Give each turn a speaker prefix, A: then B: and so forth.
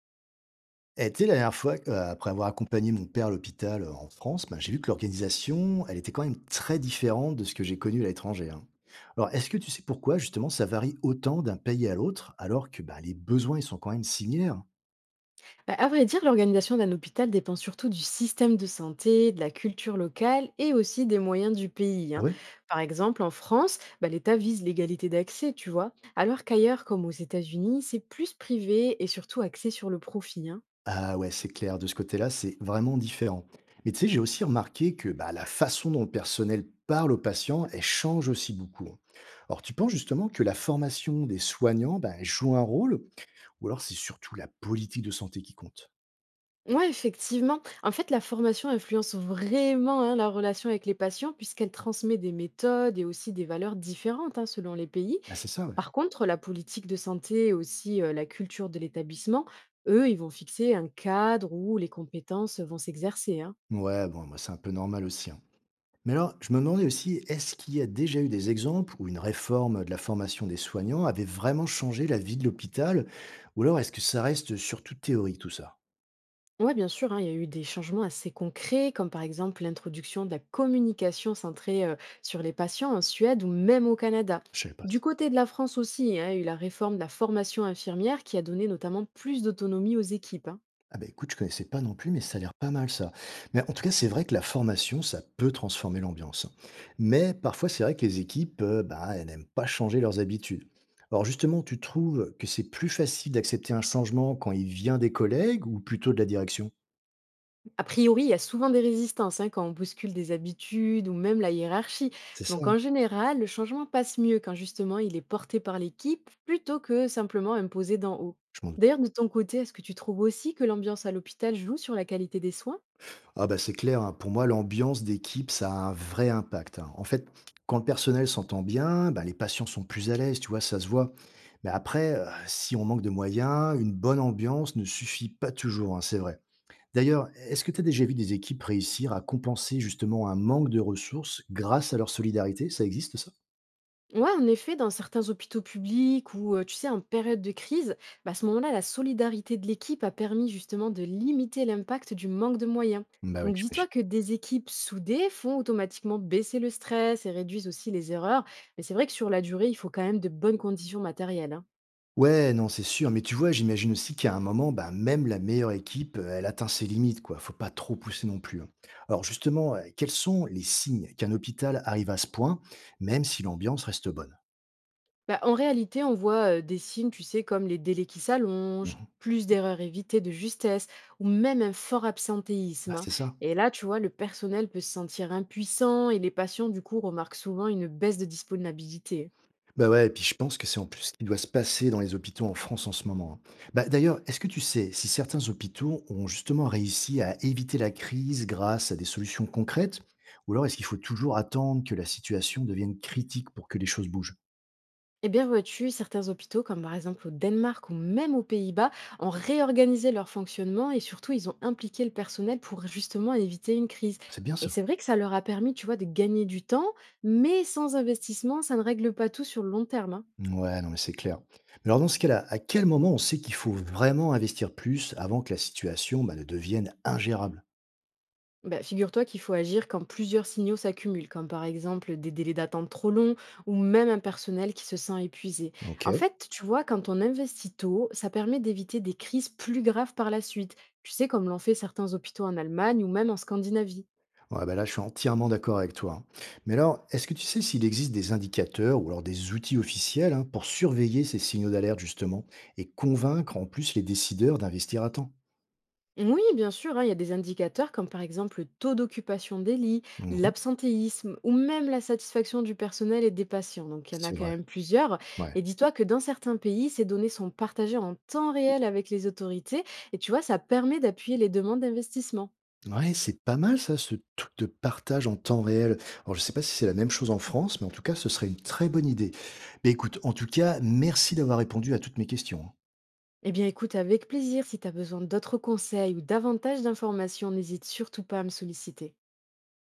A: Et tu sais, la dernière fois, après avoir accompagné mon père à l'hôpital en France, ben, j'ai vu que l'organisation, elle était quand même très différente de ce que j'ai connu à l'étranger, hein. Alors, est-ce que tu sais pourquoi, justement, ça varie autant d'un pays à l'autre, alors que ben, les besoins, ils sont quand même similaires?
B: Bah, à vrai dire, l'organisation d'un hôpital dépend surtout du système de santé, de la culture locale et aussi des moyens du pays,
A: Ah
B: hein.
A: ouais.
B: Par exemple, en France, bah, l'État vise l'égalité d'accès, tu vois, alors qu'ailleurs, comme aux États-Unis, c'est plus privé et surtout axé sur le profit, hein.
A: Ah ouais, c'est clair, de ce côté-là, c'est vraiment différent. Mais tu sais, j'ai aussi remarqué que bah, la façon dont le personnel parle aux patients, elle change aussi beaucoup, hein. Alors, tu penses justement que la formation des soignants ben, joue un rôle, ou alors c'est surtout la politique de santé qui compte?
B: Ouais, effectivement. En fait, la formation influence vraiment, hein, la relation avec les patients puisqu'elle transmet des méthodes et aussi des valeurs différentes, hein, selon les pays.
A: Bah, c'est ça, ouais.
B: Par contre, la politique de santé et aussi la culture de l'établissement, eux, ils vont fixer un cadre où les compétences vont s'exercer, hein.
A: Ouais, bon, moi, c'est un peu normal aussi, hein. Mais alors, je me demandais aussi, est-ce qu'il y a déjà eu des exemples où une réforme de la formation des soignants avait vraiment changé la vie de l'hôpital? Ou alors, est-ce que ça reste surtout théorique, tout ça?
B: Ouais, bien sûr, hein, il y a eu des changements assez concrets, comme par exemple l'introduction de la communication centrée sur les patients en Suède ou même au Canada.
A: Je savais pas
B: Du
A: ça.
B: côté de la France aussi, hein, il y a eu la réforme de la formation infirmière qui a donné notamment plus d'autonomie aux équipes, hein.
A: Ah bah écoute, je connaissais pas non plus, mais ça a l'air pas mal ça. Mais en tout cas, c'est vrai que la formation, ça peut transformer l'ambiance, hein. Mais parfois, c'est vrai que les équipes, bah, elles n'aiment pas changer leurs habitudes. Alors justement, tu trouves que c'est plus facile d'accepter un changement quand il vient des collègues ou plutôt de la direction?
B: A priori, il y a souvent des résistances, hein, quand on bouscule des habitudes ou même la hiérarchie.
A: C'est ça,
B: Donc
A: hein,
B: en général, le changement passe mieux quand justement il est porté par l'équipe plutôt que simplement imposé d'en haut.
A: je m'en doutais.
B: D'ailleurs, de ton côté, est-ce que tu trouves aussi que l'ambiance à l'hôpital joue sur la qualité des soins?
A: Ah bah, c'est clair, hein, pour moi, l'ambiance d'équipe, ça a un vrai impact, hein. En fait, quand le personnel s'entend bien, bah, les patients sont plus à l'aise, tu vois, ça se voit. Mais après, si on manque de moyens, une bonne ambiance ne suffit pas toujours, hein, c'est vrai. D'ailleurs, est-ce que tu as déjà vu des équipes réussir à compenser justement un manque de ressources grâce à leur solidarité? Ça existe ça?
B: Ouais, en effet, dans certains hôpitaux publics ou, tu sais, en période de crise, bah, à ce moment-là, la solidarité de l'équipe a permis justement de limiter l'impact du manque de moyens.
A: Bah oui,
B: Donc
A: j'imagine.
B: dis-toi que des équipes soudées font automatiquement baisser le stress et réduisent aussi les erreurs. Mais c'est vrai que sur la durée, il faut quand même de bonnes conditions matérielles, hein.
A: Ouais, non, c'est sûr. Mais tu vois, j'imagine aussi qu'à un moment, bah, même la meilleure équipe, elle atteint ses limites, quoi. Faut pas trop pousser non plus, hein. Alors justement, quels sont les signes qu'un hôpital arrive à ce point, même si l'ambiance reste bonne?
B: Bah, en réalité, on voit des signes, tu sais, comme les délais qui s'allongent,
A: Mhm.
B: plus d'erreurs évitées de justesse, ou même un fort
A: Bah,
B: absentéisme, hein.
A: c'est ça.
B: Et là, tu vois, le personnel peut se sentir impuissant et les patients, du coup, remarquent souvent une baisse de disponibilité.
A: Bah ouais, et puis je pense que c'est en plus ce qui doit se passer dans les hôpitaux en France en ce moment, hein. Bah d'ailleurs, est-ce que tu sais si certains hôpitaux ont justement réussi à éviter la crise grâce à des solutions concrètes, ou alors est-ce qu'il faut toujours attendre que la situation devienne critique pour que les choses bougent?
B: Eh bien, vois-tu, certains hôpitaux, comme par exemple au Danemark ou même aux Pays-Bas, ont réorganisé leur fonctionnement et surtout, ils ont impliqué le personnel pour justement éviter une crise.
A: C'est bien
B: Et
A: ça.
B: c'est vrai que ça leur a permis, tu vois, de gagner du temps, mais sans investissement, ça ne règle pas tout sur le long terme, hein.
A: Ouais, non, mais c'est clair. Mais alors, dans ce cas-là, à quel moment on sait qu'il faut vraiment investir plus avant que la situation bah, ne devienne ingérable?
B: Bah, figure-toi qu'il faut agir quand plusieurs signaux s'accumulent, comme par exemple des délais d'attente trop longs ou même un personnel qui se sent épuisé.
A: Ok.
B: En fait, tu vois, quand on investit tôt, ça permet d'éviter des crises plus graves par la suite. Tu sais, comme l'ont fait certains hôpitaux en Allemagne ou même en Scandinavie.
A: Ouais, bah là, je suis entièrement d'accord avec toi, hein. Mais alors, est-ce que tu sais s'il existe des indicateurs ou alors des outils officiels hein, pour surveiller ces signaux d'alerte, justement, et convaincre en plus les décideurs d'investir à temps?
B: Oui, bien sûr, hein, il y a des indicateurs comme par exemple le taux d'occupation des lits,
A: Mhm,
B: l'absentéisme ou même la satisfaction du personnel et des patients. Donc il y en a
A: c'est
B: quand
A: vrai.
B: même plusieurs.
A: Ouais.
B: Et dis-toi que dans certains pays, ces données sont partagées en temps réel avec les autorités et tu vois, ça permet d'appuyer les demandes d'investissement.
A: Ouais, c'est pas mal ça, ce truc de partage en temps réel. Alors, je sais pas si c'est la même chose en France, mais en tout cas, ce serait une très bonne idée. Mais écoute, en tout cas, merci d'avoir répondu à toutes mes questions, hein.
B: Eh bien écoute, avec plaisir, si tu as besoin d'autres conseils ou davantage d'informations, n'hésite surtout pas à me solliciter.